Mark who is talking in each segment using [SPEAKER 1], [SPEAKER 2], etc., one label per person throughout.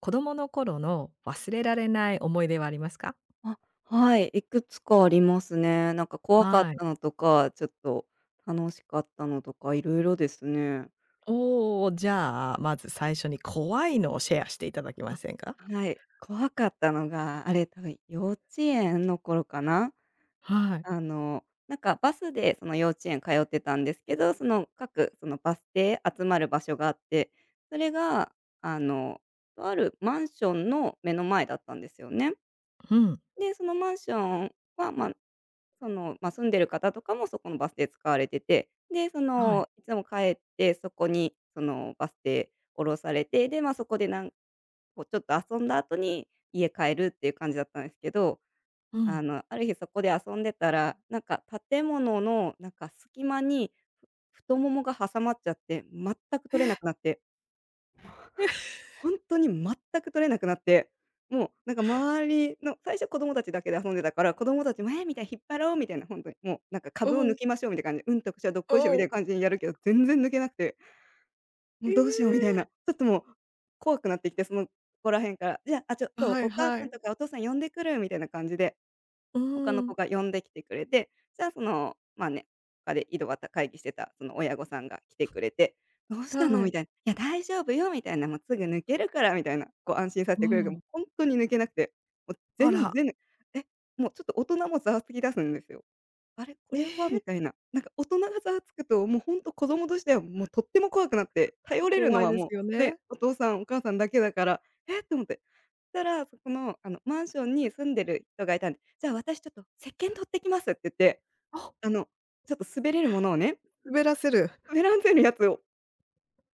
[SPEAKER 1] 子供の頃の忘れられない思い出はありますか？
[SPEAKER 2] あ、はい、いくつかありますね。なんか怖かっ
[SPEAKER 1] はい。
[SPEAKER 2] たのとか、ちょっと楽しかったのとか、いろいろですね。
[SPEAKER 1] おお、じゃあ、まず最初に怖いのをシェアしていただけま
[SPEAKER 2] あ、
[SPEAKER 1] せんか？
[SPEAKER 2] はい。怖かったのが、あれ、多分幼稚園の頃かな。
[SPEAKER 1] はい。
[SPEAKER 2] なんかバスでその幼稚園通ってたんですけど、その各そのバス停、集まる場所があって、それがあの、とあるマンションの目の前だったんですよね。
[SPEAKER 1] うん。
[SPEAKER 2] で、そのマンションは、まあその、まあ、住んでる方とかもそこのバス停使われてて、で、そ
[SPEAKER 1] はい。
[SPEAKER 2] の、いつも帰ってそこに、その、バスで降ろされて、で、まあ、そこでなんこうちょっと遊んだ後に家帰るっていう感じだったんですけど、
[SPEAKER 1] うん。
[SPEAKER 2] ある日そこで遊んでたら、なんか建物のなんか隙間に太ももが挟まっちゃって、全く取れなくなって。本当に全く取れなくなって、もうなんか周りの最初子供たちだけで遊んでたから、子供たちも、「え」みたいな、「引っ張ろう」みたいな、本当に、もうなんか
[SPEAKER 1] う
[SPEAKER 2] 株を抜
[SPEAKER 1] ん、
[SPEAKER 2] きましょうみたいな感じで、うんとくしょどっこいしょみ
[SPEAKER 1] う
[SPEAKER 2] たい
[SPEAKER 1] ん。
[SPEAKER 2] な感じにやるけど、全然抜けなくて、
[SPEAKER 1] え
[SPEAKER 2] もうどうしようみたい
[SPEAKER 1] え。
[SPEAKER 2] な、ちょっともう怖くなってきて、そのここら辺から、「じゃあ、あ、ちょっと
[SPEAKER 1] はい
[SPEAKER 2] お母
[SPEAKER 1] は
[SPEAKER 2] さん
[SPEAKER 1] い。
[SPEAKER 2] とかお父さん呼んでくる」みたいな感じで
[SPEAKER 1] う
[SPEAKER 2] 他の
[SPEAKER 1] ーん、
[SPEAKER 2] 子が呼んできてくれて、じゃあその、まあね、他で井戸端会議してたその親御さんが来てくれて、「どうしたの？」
[SPEAKER 1] は
[SPEAKER 2] み
[SPEAKER 1] い。
[SPEAKER 2] たいな、「いや、大丈夫よ」みたいな、「もうすぐ抜けるから」みたいな、こう安心させ
[SPEAKER 1] う
[SPEAKER 2] てくれるけど、
[SPEAKER 1] ん。
[SPEAKER 2] もう本当に抜けなくて、もう
[SPEAKER 1] あ
[SPEAKER 2] 全
[SPEAKER 1] ら、
[SPEAKER 2] 然え、もうちょっと大人もざわつき出すんですよ。あれ、こ
[SPEAKER 1] え
[SPEAKER 2] れはみ
[SPEAKER 1] え、
[SPEAKER 2] たいな。なんか大人がざわつくと、もうほんと子供としてはもうとっても怖くなって、頼れる
[SPEAKER 1] 怖
[SPEAKER 2] の
[SPEAKER 1] い
[SPEAKER 2] は
[SPEAKER 1] です
[SPEAKER 2] も
[SPEAKER 1] よ
[SPEAKER 2] うね、
[SPEAKER 1] ね。
[SPEAKER 2] お父さんお母さんだけだから、えっと思って。したら、そこの、マンションに住んでる人がいたんで、じゃあ私ちょっと石鹸取ってきますって言って、
[SPEAKER 1] あ。
[SPEAKER 2] あの、ちょっと滑れるものをね、
[SPEAKER 1] 滑らせる。
[SPEAKER 2] 滑らんせるやつを、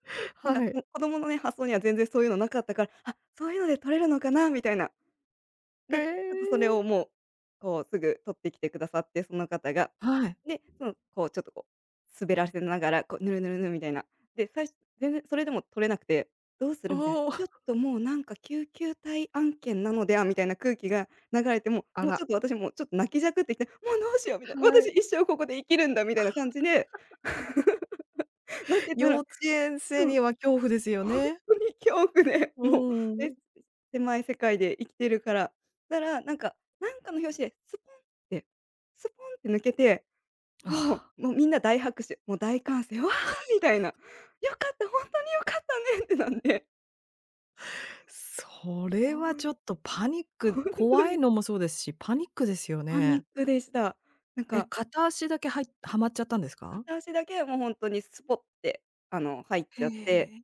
[SPEAKER 2] なんか、
[SPEAKER 1] はい。
[SPEAKER 2] もう子供のね、発想には全然そういうのなかったから、あ、そういうので取れるのかなみたいな。
[SPEAKER 1] え
[SPEAKER 2] で、ちょっとそれ
[SPEAKER 1] え。
[SPEAKER 2] をもう、こう、すぐ取ってきてくださって、その方が。
[SPEAKER 1] はい。
[SPEAKER 2] で、その、こう、ちょっとこう、滑らせながら、こう、ぬるぬるぬみたいな。で、最初全然それでも取れなくて、どうす
[SPEAKER 1] お
[SPEAKER 2] るみたいな。
[SPEAKER 1] お、
[SPEAKER 2] ちょっともうなんか救急隊案件なのではみたいな空気が流れて、も
[SPEAKER 1] あ
[SPEAKER 2] うもうち
[SPEAKER 1] ら、
[SPEAKER 2] ょっと私もうちょっと泣きじゃくってきて、もうどうしようみたいな。
[SPEAKER 1] は
[SPEAKER 2] 私
[SPEAKER 1] い。
[SPEAKER 2] 一生ここで生きるんだみたいな感じで、なってた
[SPEAKER 1] 幼
[SPEAKER 2] ら
[SPEAKER 1] 稚園生
[SPEAKER 2] うん。
[SPEAKER 1] には恐怖ですよ
[SPEAKER 2] ほんと
[SPEAKER 1] ね。
[SPEAKER 2] に恐怖で、
[SPEAKER 1] う
[SPEAKER 2] もう、
[SPEAKER 1] ー
[SPEAKER 2] え、
[SPEAKER 1] ん。
[SPEAKER 2] 狭い世界で生きてるから。たら、なんか、なんかの拍子でスポンって、スポンって抜けて、もう
[SPEAKER 1] あ。
[SPEAKER 2] もうみんな大拍手、もう大歓声、「わあ！」みたいな。「よかった、ほんとによかったね」ってなんで、
[SPEAKER 1] そ
[SPEAKER 2] ほ
[SPEAKER 1] れは
[SPEAKER 2] ん
[SPEAKER 1] ちょっとパニック
[SPEAKER 2] ほんと
[SPEAKER 1] 怖い
[SPEAKER 2] に
[SPEAKER 1] のもそうですし、パニックですよ
[SPEAKER 2] パニッ
[SPEAKER 1] ね。
[SPEAKER 2] クでした。なん
[SPEAKER 1] え、
[SPEAKER 2] か、
[SPEAKER 1] 片足だけはいはまっちゃったんですか？
[SPEAKER 2] 片足だけもうほんとにスポって、入っ
[SPEAKER 1] へ
[SPEAKER 2] ちゃって
[SPEAKER 1] え。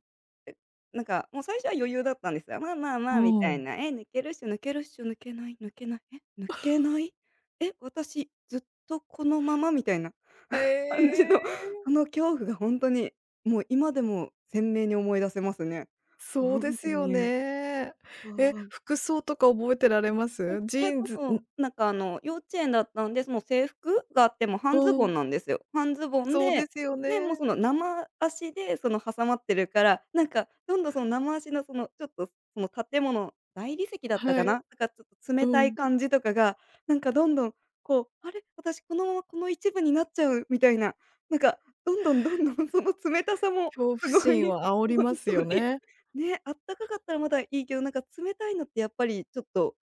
[SPEAKER 2] なんか、もう最初は余裕だったんですよ。まあまあ
[SPEAKER 1] う
[SPEAKER 2] まあみたい
[SPEAKER 1] ん。
[SPEAKER 2] な。え、抜けるっしょ、抜けるっしょ、抜けない、抜けない、え、抜けない、え、私ずっとこのままみたいな
[SPEAKER 1] え
[SPEAKER 2] 感じの、
[SPEAKER 1] え、
[SPEAKER 2] あの恐怖が本当に、もう今でも鮮明に思い出せますね。
[SPEAKER 1] そうで
[SPEAKER 2] 本
[SPEAKER 1] す
[SPEAKER 2] 当
[SPEAKER 1] よ
[SPEAKER 2] に。あ
[SPEAKER 1] ね。え、
[SPEAKER 2] あ。
[SPEAKER 1] 服装とか覚えてられま
[SPEAKER 2] うん、
[SPEAKER 1] す？ジ
[SPEAKER 2] それ
[SPEAKER 1] ーン
[SPEAKER 2] こ
[SPEAKER 1] ズ
[SPEAKER 2] そ、
[SPEAKER 1] ん
[SPEAKER 2] 幼稚園だったんで、その制服があっても半ズ
[SPEAKER 1] う
[SPEAKER 2] ボ
[SPEAKER 1] ん、
[SPEAKER 2] ンなんですよ。半ズボン
[SPEAKER 1] そうで
[SPEAKER 2] で、
[SPEAKER 1] すよ
[SPEAKER 2] で、もう
[SPEAKER 1] ね。
[SPEAKER 2] その生足でその挟まってるから、なんかどんどんその生足のそのちょっとその建物大理石だった
[SPEAKER 1] は
[SPEAKER 2] かな？
[SPEAKER 1] い、
[SPEAKER 2] なんかちょっと
[SPEAKER 1] う
[SPEAKER 2] 冷たい
[SPEAKER 1] ん。
[SPEAKER 2] 感じとかが、なんかどんどんこう、あれ、私このままこの一部になっちゃうみたいな、なんかどんどんその冷たさも
[SPEAKER 1] 恐怖
[SPEAKER 2] すご
[SPEAKER 1] 心
[SPEAKER 2] い、
[SPEAKER 1] は煽り
[SPEAKER 2] 本
[SPEAKER 1] ます
[SPEAKER 2] 当
[SPEAKER 1] よ
[SPEAKER 2] に。
[SPEAKER 1] ね。
[SPEAKER 2] ね、あったかかったらまだいいけど、なんか冷たいのってやっぱりちょっと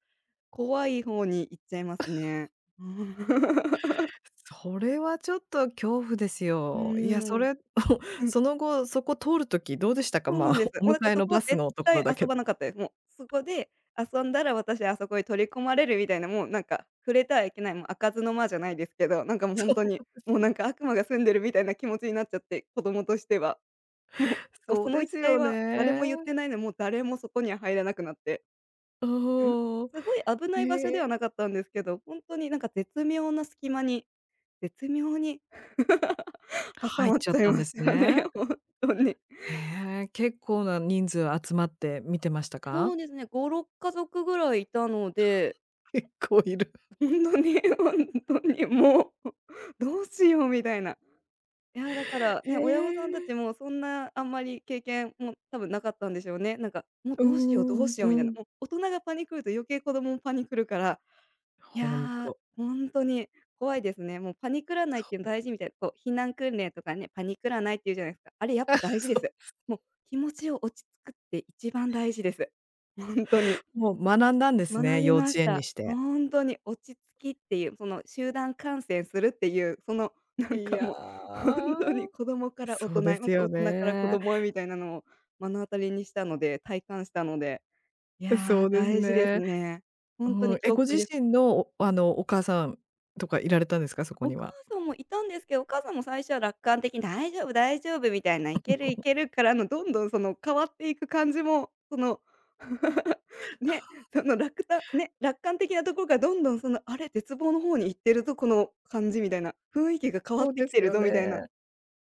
[SPEAKER 2] 怖い方に行っちゃいますね。
[SPEAKER 1] それはちょっと恐怖です
[SPEAKER 2] う
[SPEAKER 1] よ。いや、そ
[SPEAKER 2] んうーん。
[SPEAKER 1] れ、
[SPEAKER 2] うん、
[SPEAKER 1] その後、そこ通るときどうでしたか？
[SPEAKER 2] そう
[SPEAKER 1] ま
[SPEAKER 2] なん
[SPEAKER 1] あ、
[SPEAKER 2] です。
[SPEAKER 1] お
[SPEAKER 2] もうだか
[SPEAKER 1] 迎
[SPEAKER 2] ら
[SPEAKER 1] え
[SPEAKER 2] そ
[SPEAKER 1] の
[SPEAKER 2] こ
[SPEAKER 1] バ
[SPEAKER 2] は
[SPEAKER 1] ス
[SPEAKER 2] 絶
[SPEAKER 1] のとこ
[SPEAKER 2] 対
[SPEAKER 1] ろだけ
[SPEAKER 2] 遊
[SPEAKER 1] ど。
[SPEAKER 2] ばなかったです。もうそこで遊んだら私あそこに取り込まれるみたいな、もうなんか触れてはいけない、もう開かずの間じゃないですけど、なんか もうほんとに、
[SPEAKER 1] そ
[SPEAKER 2] もうなんか悪魔が住んでるみたいな気持ちになっちゃって、子供としては。もう
[SPEAKER 1] う、
[SPEAKER 2] もう
[SPEAKER 1] そ
[SPEAKER 2] そ
[SPEAKER 1] う
[SPEAKER 2] の
[SPEAKER 1] で
[SPEAKER 2] 一
[SPEAKER 1] す
[SPEAKER 2] 帯
[SPEAKER 1] よ
[SPEAKER 2] は誰も
[SPEAKER 1] ね。
[SPEAKER 2] 言ってないのに、もう誰もそこには入らなくなって。うん、
[SPEAKER 1] うん。
[SPEAKER 2] すごい危な
[SPEAKER 1] え
[SPEAKER 2] い場所ではな
[SPEAKER 1] え、
[SPEAKER 2] かったんですけど、ほんとになんか絶妙な隙間に絶妙に 挟
[SPEAKER 1] 入っ
[SPEAKER 2] まっ
[SPEAKER 1] ちゃっ
[SPEAKER 2] ちゃい
[SPEAKER 1] たん
[SPEAKER 2] ま
[SPEAKER 1] です
[SPEAKER 2] した
[SPEAKER 1] ね。
[SPEAKER 2] ね、ほんとに。
[SPEAKER 1] へえ、結構な人数集まって見てました
[SPEAKER 2] そ
[SPEAKER 1] か？
[SPEAKER 2] うですね、5、6家族ぐらいいたので、
[SPEAKER 1] 結構いる。
[SPEAKER 2] ほんとにほんと にもう、どうしようみたいな。いや、だから
[SPEAKER 1] へ
[SPEAKER 2] ね、親御さんたち
[SPEAKER 1] え、
[SPEAKER 2] もそんなあんまり経験も多分なかったんでしょうね。なんか、もう
[SPEAKER 1] う
[SPEAKER 2] どうしようどう
[SPEAKER 1] ん
[SPEAKER 2] しよ
[SPEAKER 1] う
[SPEAKER 2] うみたいな、
[SPEAKER 1] ん
[SPEAKER 2] もう大人がパニクると余計子供もパニクるからいや、
[SPEAKER 1] ほん
[SPEAKER 2] ー
[SPEAKER 1] と、
[SPEAKER 2] 本当に怖いですね。もうパニクらないっていうの大事みたいな、こう避難訓練とかね、パニクらないっていうじゃないですか。あれやっぱ大事で
[SPEAKER 1] そ
[SPEAKER 2] す。もう気持ちを落ち着くって一番大事です。本当に。
[SPEAKER 1] う、もう学んだんです
[SPEAKER 2] 学
[SPEAKER 1] ね、
[SPEAKER 2] び
[SPEAKER 1] 幼
[SPEAKER 2] ま
[SPEAKER 1] 稚
[SPEAKER 2] し
[SPEAKER 1] 園に
[SPEAKER 2] た。
[SPEAKER 1] して。
[SPEAKER 2] 本当に落ち着きっていう、その集団感染するっていう、そのなん
[SPEAKER 1] い
[SPEAKER 2] か
[SPEAKER 1] や
[SPEAKER 2] もう、本当
[SPEAKER 1] ー、
[SPEAKER 2] に子供から大
[SPEAKER 1] そう
[SPEAKER 2] 人
[SPEAKER 1] で
[SPEAKER 2] へ、
[SPEAKER 1] す
[SPEAKER 2] また
[SPEAKER 1] よ
[SPEAKER 2] 大人から子
[SPEAKER 1] ね。
[SPEAKER 2] 供へみたいなのを目の当たりにしたので、体感したので、い
[SPEAKER 1] そ
[SPEAKER 2] やー、
[SPEAKER 1] うです
[SPEAKER 2] 大事です
[SPEAKER 1] ね。
[SPEAKER 2] ね。本当
[SPEAKER 1] う
[SPEAKER 2] に
[SPEAKER 1] ん。え、
[SPEAKER 2] 教
[SPEAKER 1] ご自
[SPEAKER 2] 訓です。
[SPEAKER 1] 身の、おあの、お母さんとかいられたんですか？そこ
[SPEAKER 2] お
[SPEAKER 1] に
[SPEAKER 2] 母
[SPEAKER 1] は。
[SPEAKER 2] さんもいたんですけど、お母さんも最初は楽観的に「大丈夫、大丈夫」みたいな「いける、いける」からのどんどんその変わっていく感じも、その ね、その楽たね、楽観的なところがどんどんその「あれ、絶望の方に行ってるぞ、この感じ」みたいな、「雰囲気が変わ
[SPEAKER 1] そ
[SPEAKER 2] っ
[SPEAKER 1] う
[SPEAKER 2] て
[SPEAKER 1] で
[SPEAKER 2] き
[SPEAKER 1] す
[SPEAKER 2] てる
[SPEAKER 1] よ
[SPEAKER 2] ぞ」
[SPEAKER 1] ね。
[SPEAKER 2] みたいな。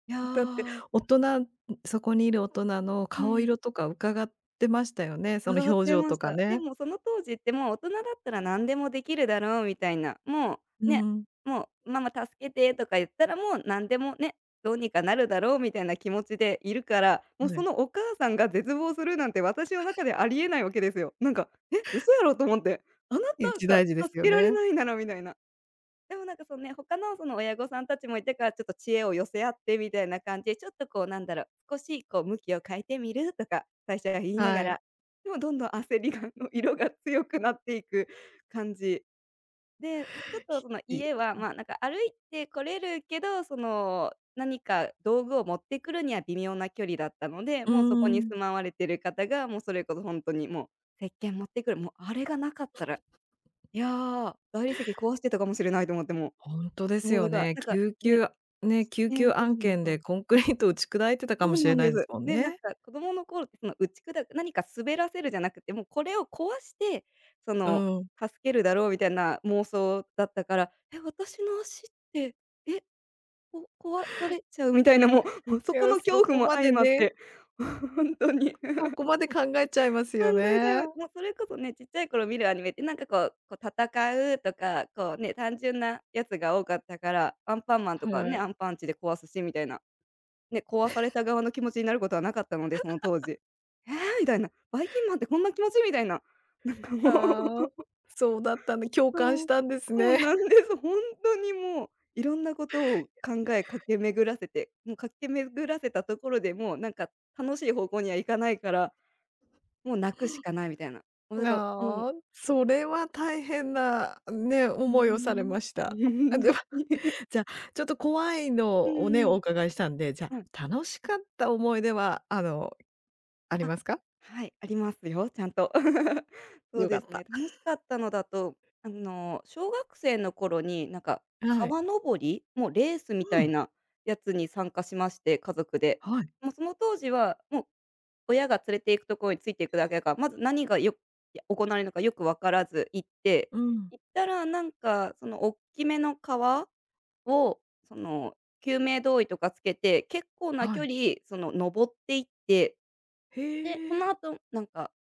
[SPEAKER 2] いや
[SPEAKER 1] だって
[SPEAKER 2] ー、
[SPEAKER 1] 大人そこにいる大人の
[SPEAKER 2] う
[SPEAKER 1] 顔
[SPEAKER 2] ん。
[SPEAKER 1] 色とか伺ってましたよね、その
[SPEAKER 2] 伺っ
[SPEAKER 1] 表
[SPEAKER 2] て
[SPEAKER 1] 情
[SPEAKER 2] ま
[SPEAKER 1] と
[SPEAKER 2] し
[SPEAKER 1] か
[SPEAKER 2] た。で
[SPEAKER 1] ね。
[SPEAKER 2] もその当時ってもう大人だったら何でもできるだろうみたいな、も
[SPEAKER 1] う
[SPEAKER 2] うね、
[SPEAKER 1] ん。
[SPEAKER 2] もう「ママ助けて」とか言ったらもう何でもね、どうにかなるだろうみたいな気持ちでいるから、もう
[SPEAKER 1] は
[SPEAKER 2] そ
[SPEAKER 1] い。
[SPEAKER 2] のお母さんが絶望するなんて私の中でありえないわけですよ。なんか「え、嘘やろ」と思って「あな
[SPEAKER 1] 一
[SPEAKER 2] た
[SPEAKER 1] 大
[SPEAKER 2] が
[SPEAKER 1] 事です
[SPEAKER 2] 助
[SPEAKER 1] よ
[SPEAKER 2] けられ
[SPEAKER 1] ね。
[SPEAKER 2] ないなら」みたいな。でもなんかそのね、他のその親御さんたちもいてから、ちょっと知恵を寄せ合ってみたいな感じで、ちょっとこうなんだろう、少しこう向きを変えてみるとか、最初は言いなが
[SPEAKER 1] はい。
[SPEAKER 2] ら、でもどんどん焦りがの色が強くなっていく感じ。で、ちょっとその
[SPEAKER 1] ひい
[SPEAKER 2] 家は、まあ、なんか歩いて来れるけど、その何か道具を持ってくるには微妙な距離だったので、
[SPEAKER 1] う
[SPEAKER 2] もうそこに
[SPEAKER 1] ん。
[SPEAKER 2] 住まわれてる方が、もうそれこそ本当にもう石鹸持ってくる、もうあれがなかったら、いやー、大理石壊してたかもしれないと思っても
[SPEAKER 1] ほんとで
[SPEAKER 2] う
[SPEAKER 1] す
[SPEAKER 2] もう
[SPEAKER 1] よ
[SPEAKER 2] だから、
[SPEAKER 1] ね。
[SPEAKER 2] なんかね、
[SPEAKER 1] 救
[SPEAKER 2] ね、
[SPEAKER 1] 急
[SPEAKER 2] そう
[SPEAKER 1] 案
[SPEAKER 2] なの
[SPEAKER 1] 件
[SPEAKER 2] か。
[SPEAKER 1] でコンクリート打ち砕いてたか
[SPEAKER 2] そ
[SPEAKER 1] も
[SPEAKER 2] う
[SPEAKER 1] し
[SPEAKER 2] な
[SPEAKER 1] れ
[SPEAKER 2] ん
[SPEAKER 1] ない
[SPEAKER 2] で
[SPEAKER 1] です
[SPEAKER 2] す。
[SPEAKER 1] もん
[SPEAKER 2] で、なん
[SPEAKER 1] ね。
[SPEAKER 2] か子供の頃ってその打ち砕く何か滑らせるじゃなくて、もうこれを壊して、そ
[SPEAKER 1] う
[SPEAKER 2] の
[SPEAKER 1] ん。
[SPEAKER 2] 助けるだろうみたいな妄想だったから、え、私の足って、え、こ壊されちゃうみたいな、もうそ
[SPEAKER 1] い
[SPEAKER 2] こ
[SPEAKER 1] や、
[SPEAKER 2] の
[SPEAKER 1] そ
[SPEAKER 2] 恐怖
[SPEAKER 1] こ
[SPEAKER 2] も
[SPEAKER 1] ま
[SPEAKER 2] 相
[SPEAKER 1] で
[SPEAKER 2] まっ
[SPEAKER 1] ね、
[SPEAKER 2] て、ほんとに。
[SPEAKER 1] そこ まで考えちゃいます
[SPEAKER 2] 考
[SPEAKER 1] よ
[SPEAKER 2] えちゃい
[SPEAKER 1] ね。
[SPEAKER 2] ます。もうそれこそね、ちっちゃい頃見るアニメってなんかこう、こう戦うとか、こうね、単純なやつが多かったから、アンパンマンとか
[SPEAKER 1] は
[SPEAKER 2] ね、ア
[SPEAKER 1] い。
[SPEAKER 2] ンパンチで壊すしみたいな。ね、壊された側の気持ちになることはなかったので、その当時。えーみたいな、ばいきんまんってこんな気持ち？みたいな。なんかもう
[SPEAKER 1] ああ、そうだったんで、共感し
[SPEAKER 2] そう、
[SPEAKER 1] たんです
[SPEAKER 2] そ
[SPEAKER 1] ね。
[SPEAKER 2] うなんです。本当にもう、いろんなことを考え駆け巡らせて、もう駆け巡らせたところで、もうなんか楽しい方向にはいかないから、もう泣くしかないみたいな。もう だからもう
[SPEAKER 1] ああ、それは大変なね、
[SPEAKER 2] うー
[SPEAKER 1] 思いをされま
[SPEAKER 2] ん。
[SPEAKER 1] した。あ、では、
[SPEAKER 2] 本当に。
[SPEAKER 1] じゃあ、ちょっと怖い
[SPEAKER 2] う
[SPEAKER 1] のをね、
[SPEAKER 2] んう
[SPEAKER 1] お
[SPEAKER 2] ん。
[SPEAKER 1] 伺いしたんで、じゃ
[SPEAKER 2] はい。
[SPEAKER 1] あ、楽しかった思い出は、あり
[SPEAKER 2] あ、
[SPEAKER 1] ますか？
[SPEAKER 2] はい、ありますよ、ちゃんと。そう
[SPEAKER 1] よか
[SPEAKER 2] で
[SPEAKER 1] っ
[SPEAKER 2] す
[SPEAKER 1] た。
[SPEAKER 2] ね、楽しかったのだと、あの、小学生の頃に、なんか、
[SPEAKER 1] はい。
[SPEAKER 2] 川登りもうレースみ
[SPEAKER 1] う
[SPEAKER 2] たい
[SPEAKER 1] ん、
[SPEAKER 2] なやつに参加しまして、家族で。
[SPEAKER 1] はい。
[SPEAKER 2] もうその当時は、もう親が連れて行くところについていくだけだから、まず何がよいや行われるのかよく分からず行って、
[SPEAKER 1] うん、
[SPEAKER 2] 行ったらなんか、そのおっきめの川を、その、救命胴衣とかつけて、結構な
[SPEAKER 1] は
[SPEAKER 2] 距
[SPEAKER 1] い。
[SPEAKER 2] 離、その、登っていってで、そ
[SPEAKER 1] へ
[SPEAKER 2] の
[SPEAKER 1] え。
[SPEAKER 2] 後、なんか、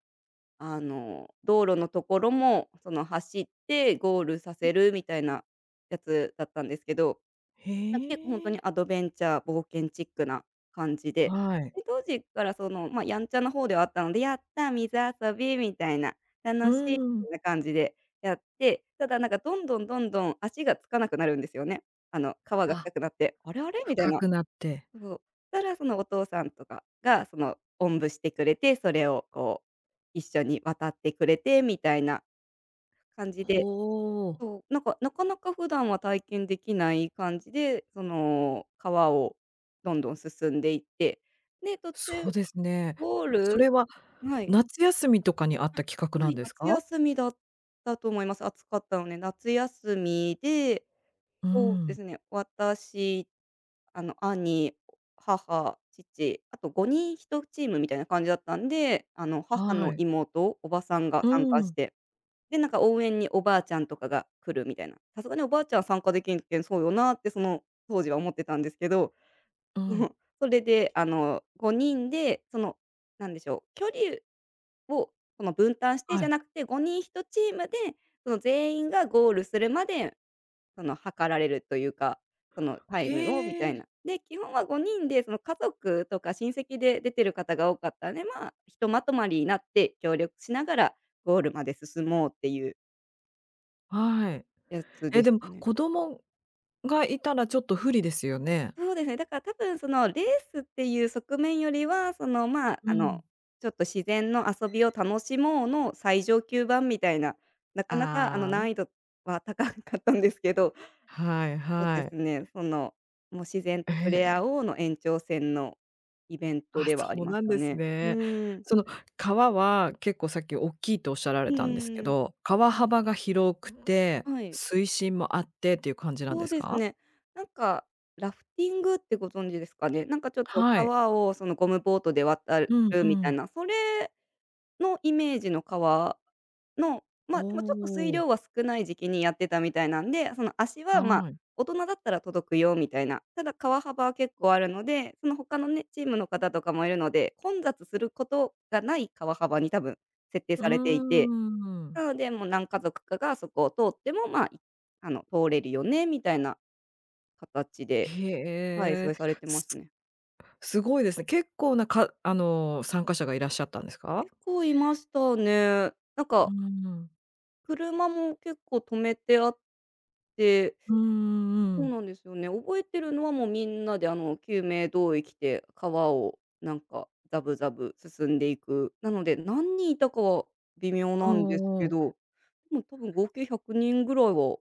[SPEAKER 2] あの、道路のところも、その、走ってゴールさせるみたいなやつだったんですけど、
[SPEAKER 1] へ
[SPEAKER 2] なんか、結構ほん
[SPEAKER 1] え。
[SPEAKER 2] とにアドベンチャー、冒険チックな感じで、
[SPEAKER 1] はい。
[SPEAKER 2] で、当時から、その、ま、やんちゃな方ではあったので、「やった、水遊び」みたいな、
[SPEAKER 1] う
[SPEAKER 2] 「楽しい」みた
[SPEAKER 1] ん。
[SPEAKER 2] いな感じでやって、ただ、なんか、どんどん足がつかなくなるんですよね。あの、川が
[SPEAKER 1] あ、
[SPEAKER 2] 深くなって、「あれあれ？」みたい
[SPEAKER 1] 深
[SPEAKER 2] な。
[SPEAKER 1] くなって。
[SPEAKER 2] そう。たら、そのお父さんとかが、その、おんぶしてくれて、それをこう、一緒に渡ってくれてみたいな感じで、
[SPEAKER 1] ほお。
[SPEAKER 2] そう、なんか、なかなか普段は体験できない感じで、その、川をどんどん進んでいって、で、途中
[SPEAKER 1] そうですね。
[SPEAKER 2] ゴー
[SPEAKER 1] そ
[SPEAKER 2] ル
[SPEAKER 1] れは
[SPEAKER 2] はい、
[SPEAKER 1] 夏休みとかにあった企画
[SPEAKER 2] は
[SPEAKER 1] なん
[SPEAKER 2] い、
[SPEAKER 1] です
[SPEAKER 2] 夏
[SPEAKER 1] か？
[SPEAKER 2] 休みだったと思います。暑かったので、夏休みで
[SPEAKER 1] う
[SPEAKER 2] そうで
[SPEAKER 1] ん、
[SPEAKER 2] すね。私、あの、兄、母、父、あと5人1チームみたいな感じだったんで、あの、母
[SPEAKER 1] は
[SPEAKER 2] の
[SPEAKER 1] い。
[SPEAKER 2] 妹、おばさんが参
[SPEAKER 1] う
[SPEAKER 2] 加し
[SPEAKER 1] ん、
[SPEAKER 2] て、で、なんか応援におばあちゃんとかが来るみたいな。さすがにおばあちゃんは参加できんけん、そうよなってその当時は思ってたんですけど、
[SPEAKER 1] うん、
[SPEAKER 2] それで、あの、5人で、その、なんでしょう、距離をその分担してじ
[SPEAKER 1] は
[SPEAKER 2] ゃ
[SPEAKER 1] い。
[SPEAKER 2] なくて、5人1チームで、その全員がゴールするまでその測られるというか、そのタ
[SPEAKER 1] へ
[SPEAKER 2] イムをみたい
[SPEAKER 1] え、
[SPEAKER 2] な。で、基本は5人でその家族とか親戚で出てる方が多かったんで、まあ、ひとまとまりになって協力しながらゴールまで進もうっていう
[SPEAKER 1] はい。
[SPEAKER 2] やつ
[SPEAKER 1] え、
[SPEAKER 2] でし
[SPEAKER 1] でも
[SPEAKER 2] たね。
[SPEAKER 1] 子供がいたらちょっと不利ですよね。
[SPEAKER 2] そうですね、だから多分そのレースっていう側面よりは、その、まあ、
[SPEAKER 1] う
[SPEAKER 2] あ
[SPEAKER 1] ん。
[SPEAKER 2] の、ちょっと自然の遊びを楽しもうの最上級版みたいな、なかなかあの
[SPEAKER 1] あ
[SPEAKER 2] 難易度は高かったんですけど、
[SPEAKER 1] あ、はい
[SPEAKER 2] そう
[SPEAKER 1] は
[SPEAKER 2] です
[SPEAKER 1] い。
[SPEAKER 2] ね。その、もう自然と触れ
[SPEAKER 1] え
[SPEAKER 2] 合
[SPEAKER 1] え。
[SPEAKER 2] おうの延長線のイベント
[SPEAKER 1] あ、
[SPEAKER 2] ではあり
[SPEAKER 1] そう
[SPEAKER 2] まし
[SPEAKER 1] なん
[SPEAKER 2] た
[SPEAKER 1] です
[SPEAKER 2] ね。う
[SPEAKER 1] ね。
[SPEAKER 2] ーん。
[SPEAKER 1] その川は結構さっき大きいとおっしゃられ
[SPEAKER 2] うう
[SPEAKER 1] たんですけ
[SPEAKER 2] んうん。
[SPEAKER 1] ど、川幅が広くて、
[SPEAKER 2] はい。
[SPEAKER 1] 水深もあってっていう感じなん
[SPEAKER 2] そ
[SPEAKER 1] で
[SPEAKER 2] う
[SPEAKER 1] す
[SPEAKER 2] です
[SPEAKER 1] か？
[SPEAKER 2] ね。なんか、ラフティングってご存知ですかね？なんかちょっと
[SPEAKER 1] はい。
[SPEAKER 2] 川をそのゴムボートで渡る
[SPEAKER 1] うんう
[SPEAKER 2] みた
[SPEAKER 1] ん。
[SPEAKER 2] いな、それのイメージの川の、
[SPEAKER 1] お
[SPEAKER 2] ま、あでもちょっと水
[SPEAKER 1] お。
[SPEAKER 2] 量は少ない時期にやってたみたいなんで、その足は、ま、
[SPEAKER 1] はい。
[SPEAKER 2] 大人だったら届くよみたいな。ただ川幅は結構あるので、その他のね、チームの方とかもいるので、混雑することがない川幅に多分設定
[SPEAKER 1] うー
[SPEAKER 2] されていて、
[SPEAKER 1] ん。
[SPEAKER 2] なのでもう何家族かがそこを通っても、まあ、いあの、通れるよねみたいな形で、はい、そ
[SPEAKER 1] へえ、
[SPEAKER 2] れされてます
[SPEAKER 1] す
[SPEAKER 2] ね。
[SPEAKER 1] すごいですね。結構なかあの、参加者がいらっしゃったんですか？
[SPEAKER 2] 結構いましたね。なん
[SPEAKER 1] う
[SPEAKER 2] か、
[SPEAKER 1] ん。
[SPEAKER 2] 車も結構止めてあっ
[SPEAKER 1] うんう
[SPEAKER 2] そう
[SPEAKER 1] ん。
[SPEAKER 2] なんですよね。覚えてるのはもうみんなであの救命胴衣着て、川をなんかザブザブ進んでいく。なので、何人いたかは微妙
[SPEAKER 1] う
[SPEAKER 2] なんです
[SPEAKER 1] んうん
[SPEAKER 2] け
[SPEAKER 1] う
[SPEAKER 2] ど、でも多分合計100人ぐらいは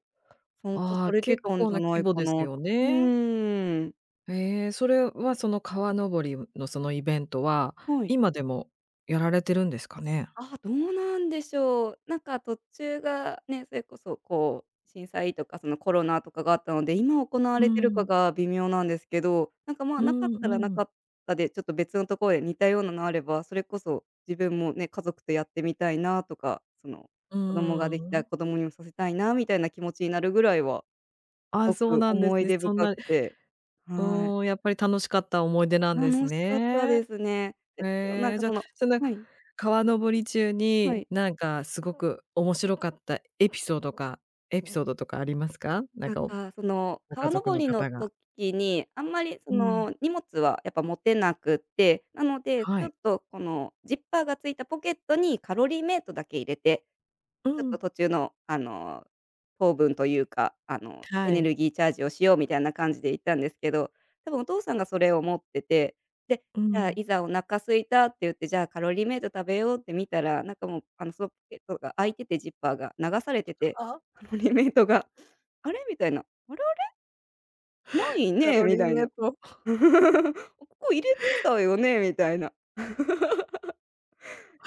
[SPEAKER 2] 参加
[SPEAKER 1] あ
[SPEAKER 2] さ
[SPEAKER 1] あ、
[SPEAKER 2] れて
[SPEAKER 1] 結
[SPEAKER 2] たん
[SPEAKER 1] 構
[SPEAKER 2] じゃ
[SPEAKER 1] な規
[SPEAKER 2] ない
[SPEAKER 1] 模
[SPEAKER 2] か
[SPEAKER 1] です
[SPEAKER 2] な
[SPEAKER 1] よ
[SPEAKER 2] と。う
[SPEAKER 1] ね。
[SPEAKER 2] ーん。
[SPEAKER 1] ええ、それはその川登りのそのイベントは、
[SPEAKER 2] はい。
[SPEAKER 1] 今でもやられてるんですかね？
[SPEAKER 2] あどうなんでしょう。なんか途中がね、それこそこう、震災とかそのコロナとかがあったので、今行わ
[SPEAKER 1] う
[SPEAKER 2] れてるか
[SPEAKER 1] ん。
[SPEAKER 2] が微妙なんですけど、なんかま
[SPEAKER 1] う
[SPEAKER 2] あ、なかっ
[SPEAKER 1] ん
[SPEAKER 2] たらな
[SPEAKER 1] うん。
[SPEAKER 2] かったで、ちょっと別のところで似たようなのあれば、それこそ自分もね、家族とやってみたいなとか、その
[SPEAKER 1] う
[SPEAKER 2] 子供が
[SPEAKER 1] ー
[SPEAKER 2] できたら
[SPEAKER 1] ん。
[SPEAKER 2] 子供にもさせたいなみたいな気持ちになるぐらいは、す
[SPEAKER 1] あ、
[SPEAKER 2] ご
[SPEAKER 1] そう
[SPEAKER 2] く
[SPEAKER 1] なんです
[SPEAKER 2] 思い
[SPEAKER 1] ね。
[SPEAKER 2] 出
[SPEAKER 1] そん
[SPEAKER 2] 深
[SPEAKER 1] な
[SPEAKER 2] くて、
[SPEAKER 1] う
[SPEAKER 2] はい。
[SPEAKER 1] ーん、やっぱり楽しかった思い出なんです
[SPEAKER 2] 楽しかった
[SPEAKER 1] ね。
[SPEAKER 2] ですね。で、な
[SPEAKER 1] え
[SPEAKER 2] ん
[SPEAKER 1] え、
[SPEAKER 2] か
[SPEAKER 1] じゃ、
[SPEAKER 2] その
[SPEAKER 1] その、
[SPEAKER 2] はい、
[SPEAKER 1] 川登り中
[SPEAKER 2] は
[SPEAKER 1] に、
[SPEAKER 2] い。
[SPEAKER 1] なんかすごく面白かったエピソードとかありますか？なん
[SPEAKER 2] なん
[SPEAKER 1] か、お
[SPEAKER 2] か、その、
[SPEAKER 1] ご家
[SPEAKER 2] 川
[SPEAKER 1] 族
[SPEAKER 2] 登
[SPEAKER 1] の
[SPEAKER 2] りの
[SPEAKER 1] 方が。
[SPEAKER 2] 時に、あんまり、そ
[SPEAKER 1] うん。
[SPEAKER 2] の、荷物はやっぱ持てなくって、なので、ち
[SPEAKER 1] は
[SPEAKER 2] ょ
[SPEAKER 1] い。
[SPEAKER 2] っと、この、ジッパーがついたポケットにカロリーメイトだけ入れて
[SPEAKER 1] う
[SPEAKER 2] ちょっと
[SPEAKER 1] ん。
[SPEAKER 2] 途中の、あの、糖分というか、あの、エ
[SPEAKER 1] は
[SPEAKER 2] ネ
[SPEAKER 1] い。
[SPEAKER 2] ルギーチャージをしようみたいな感じで行ったんですけど、多分お父さんがそれを持ってて、で、
[SPEAKER 1] う
[SPEAKER 2] じゃあ、
[SPEAKER 1] ん。
[SPEAKER 2] いざお腹空いたって言って、じゃあカロリーメイト食べようって見たら、なんかもう、あの、そのポケットが開いてて、ジッパーが流されてて、
[SPEAKER 1] はあ、
[SPEAKER 2] カロリーメイトが、あれ？みたいな、あれあれ、ない
[SPEAKER 1] カ
[SPEAKER 2] ね
[SPEAKER 1] ロ
[SPEAKER 2] み
[SPEAKER 1] リー
[SPEAKER 2] たい
[SPEAKER 1] メイ
[SPEAKER 2] な。
[SPEAKER 1] ト。
[SPEAKER 2] ここ入れてたよねみたいな。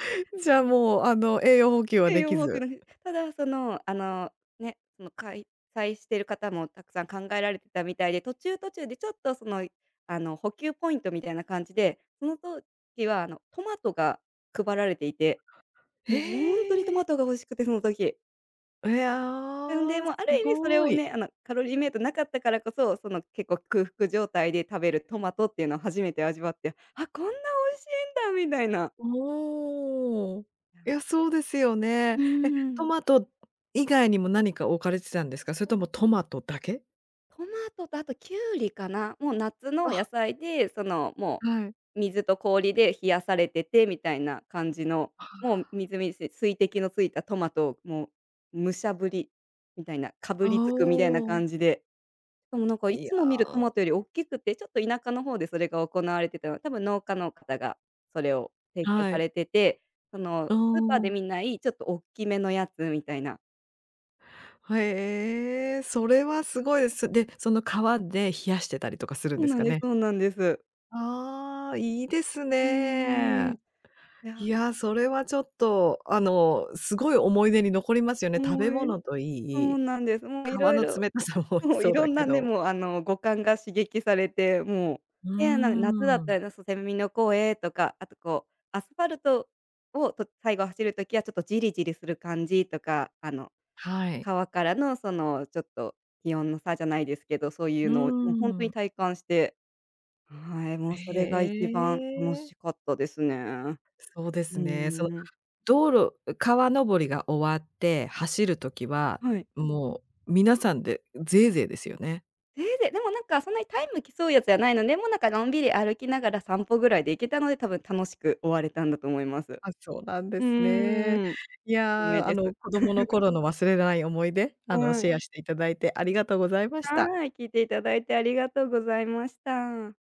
[SPEAKER 1] じゃあ、もう、あの、栄養補給は
[SPEAKER 2] え
[SPEAKER 1] で
[SPEAKER 2] え、
[SPEAKER 1] き
[SPEAKER 2] 思うけ
[SPEAKER 1] ず。
[SPEAKER 2] ど、ただ、その、あの、ね、その、開催してる方もたくさん考えられてたみたいで、途中途中でちょっと、その、あの、補給ポイントみたいな感じで、その時は、あの、トマトが配られていて、もうほんとにト
[SPEAKER 1] へ
[SPEAKER 2] マ
[SPEAKER 1] え。
[SPEAKER 2] トが美味しくて、その時。
[SPEAKER 1] い
[SPEAKER 2] なんで、
[SPEAKER 1] や、す
[SPEAKER 2] もう、ある意味それ
[SPEAKER 1] ご
[SPEAKER 2] を
[SPEAKER 1] い。
[SPEAKER 2] ね、あの、カロリーメイトなかったからこそ、その、結構空腹状態で食べるトマトっていうのを初めて味わって、あ、こんな美味しいんだみたいな。
[SPEAKER 1] おお。いや、そうですよね。
[SPEAKER 2] うー
[SPEAKER 1] え、ト
[SPEAKER 2] ん。
[SPEAKER 1] マト以外にも何か置かれてたんですか？それともトマトだけ？
[SPEAKER 2] トマトとあとキュウリかな、もう夏の野
[SPEAKER 1] あ。
[SPEAKER 2] 菜で、その、も
[SPEAKER 1] はい。
[SPEAKER 2] う水と氷で冷やされててみたいな感じの、もうみずみずし水滴のついたトマトをもう武者ぶりみたいな、か
[SPEAKER 1] あ、
[SPEAKER 2] ぶりつくみたいな
[SPEAKER 1] おお。
[SPEAKER 2] 感じで、しかもなんかい
[SPEAKER 1] い
[SPEAKER 2] つ
[SPEAKER 1] や。
[SPEAKER 2] も見るトマトより大きくて、ちょっと田舎の方でそれが行われてたの、多分農家の方がそれを提供
[SPEAKER 1] は
[SPEAKER 2] さ
[SPEAKER 1] い。
[SPEAKER 2] れてて、その
[SPEAKER 1] お
[SPEAKER 2] スーパーで見
[SPEAKER 1] お。
[SPEAKER 2] ないちょっと大きめのやつみたいな。
[SPEAKER 1] へえ、それはすごいです。で、その川で冷やしてたりとかするん
[SPEAKER 2] そ
[SPEAKER 1] で
[SPEAKER 2] う
[SPEAKER 1] す
[SPEAKER 2] なん
[SPEAKER 1] か
[SPEAKER 2] です
[SPEAKER 1] ね？
[SPEAKER 2] そうなんです。
[SPEAKER 1] ああ、いいです
[SPEAKER 2] うー
[SPEAKER 1] ね。
[SPEAKER 2] ん、い
[SPEAKER 1] い
[SPEAKER 2] や、
[SPEAKER 1] や、それはちょっと、すごい思い出に残りますよね。食
[SPEAKER 2] もう
[SPEAKER 1] べ物と
[SPEAKER 2] そ
[SPEAKER 1] い
[SPEAKER 2] う
[SPEAKER 1] い、
[SPEAKER 2] なんです。もうい
[SPEAKER 1] 川
[SPEAKER 2] ろい
[SPEAKER 1] の
[SPEAKER 2] ろ
[SPEAKER 1] 冷たさも
[SPEAKER 2] もうい
[SPEAKER 1] そう
[SPEAKER 2] ろ
[SPEAKER 1] だ
[SPEAKER 2] ん
[SPEAKER 1] け
[SPEAKER 2] なね、
[SPEAKER 1] ど。
[SPEAKER 2] もうあの、五感が刺激されて、もう、
[SPEAKER 1] う
[SPEAKER 2] で、あの、夏だ
[SPEAKER 1] ー
[SPEAKER 2] った
[SPEAKER 1] ん。
[SPEAKER 2] ら、そう、セミの声とか、あとこう、アスファルトを、と最後走る時はちょっとジリジリする感じとか、あの、
[SPEAKER 1] はい。
[SPEAKER 2] 川からのその、ちょっと気温の差じゃないですけど、そうい
[SPEAKER 1] う
[SPEAKER 2] うのをもう本当
[SPEAKER 1] ー
[SPEAKER 2] に
[SPEAKER 1] ん。
[SPEAKER 2] 体感して、はい、もうそれが一
[SPEAKER 1] へ
[SPEAKER 2] 番楽
[SPEAKER 1] え。
[SPEAKER 2] しかったですね。
[SPEAKER 1] そうです
[SPEAKER 2] う
[SPEAKER 1] ね。その
[SPEAKER 2] ん。
[SPEAKER 1] 道路川登りが終わって走る時は、
[SPEAKER 2] はい。
[SPEAKER 1] もう皆さんでゼーゼーですよね。
[SPEAKER 2] せいでもなんかそんなにタイム競うやつじゃないので、もうなんかのんびり歩きながら散歩ぐらいで行けたので、多分楽しく終われたんだと思います。
[SPEAKER 1] あ、そうなんで
[SPEAKER 2] う
[SPEAKER 1] すね。
[SPEAKER 2] ーん。おす
[SPEAKER 1] い
[SPEAKER 2] すめ
[SPEAKER 1] や、あ
[SPEAKER 2] で
[SPEAKER 1] の、
[SPEAKER 2] す。
[SPEAKER 1] 子供の頃の忘れらない思い出、
[SPEAKER 2] は
[SPEAKER 1] シ
[SPEAKER 2] い。
[SPEAKER 1] ェアしていただいてありがとうございました。
[SPEAKER 2] はい、聞いていただいてありがとうございました。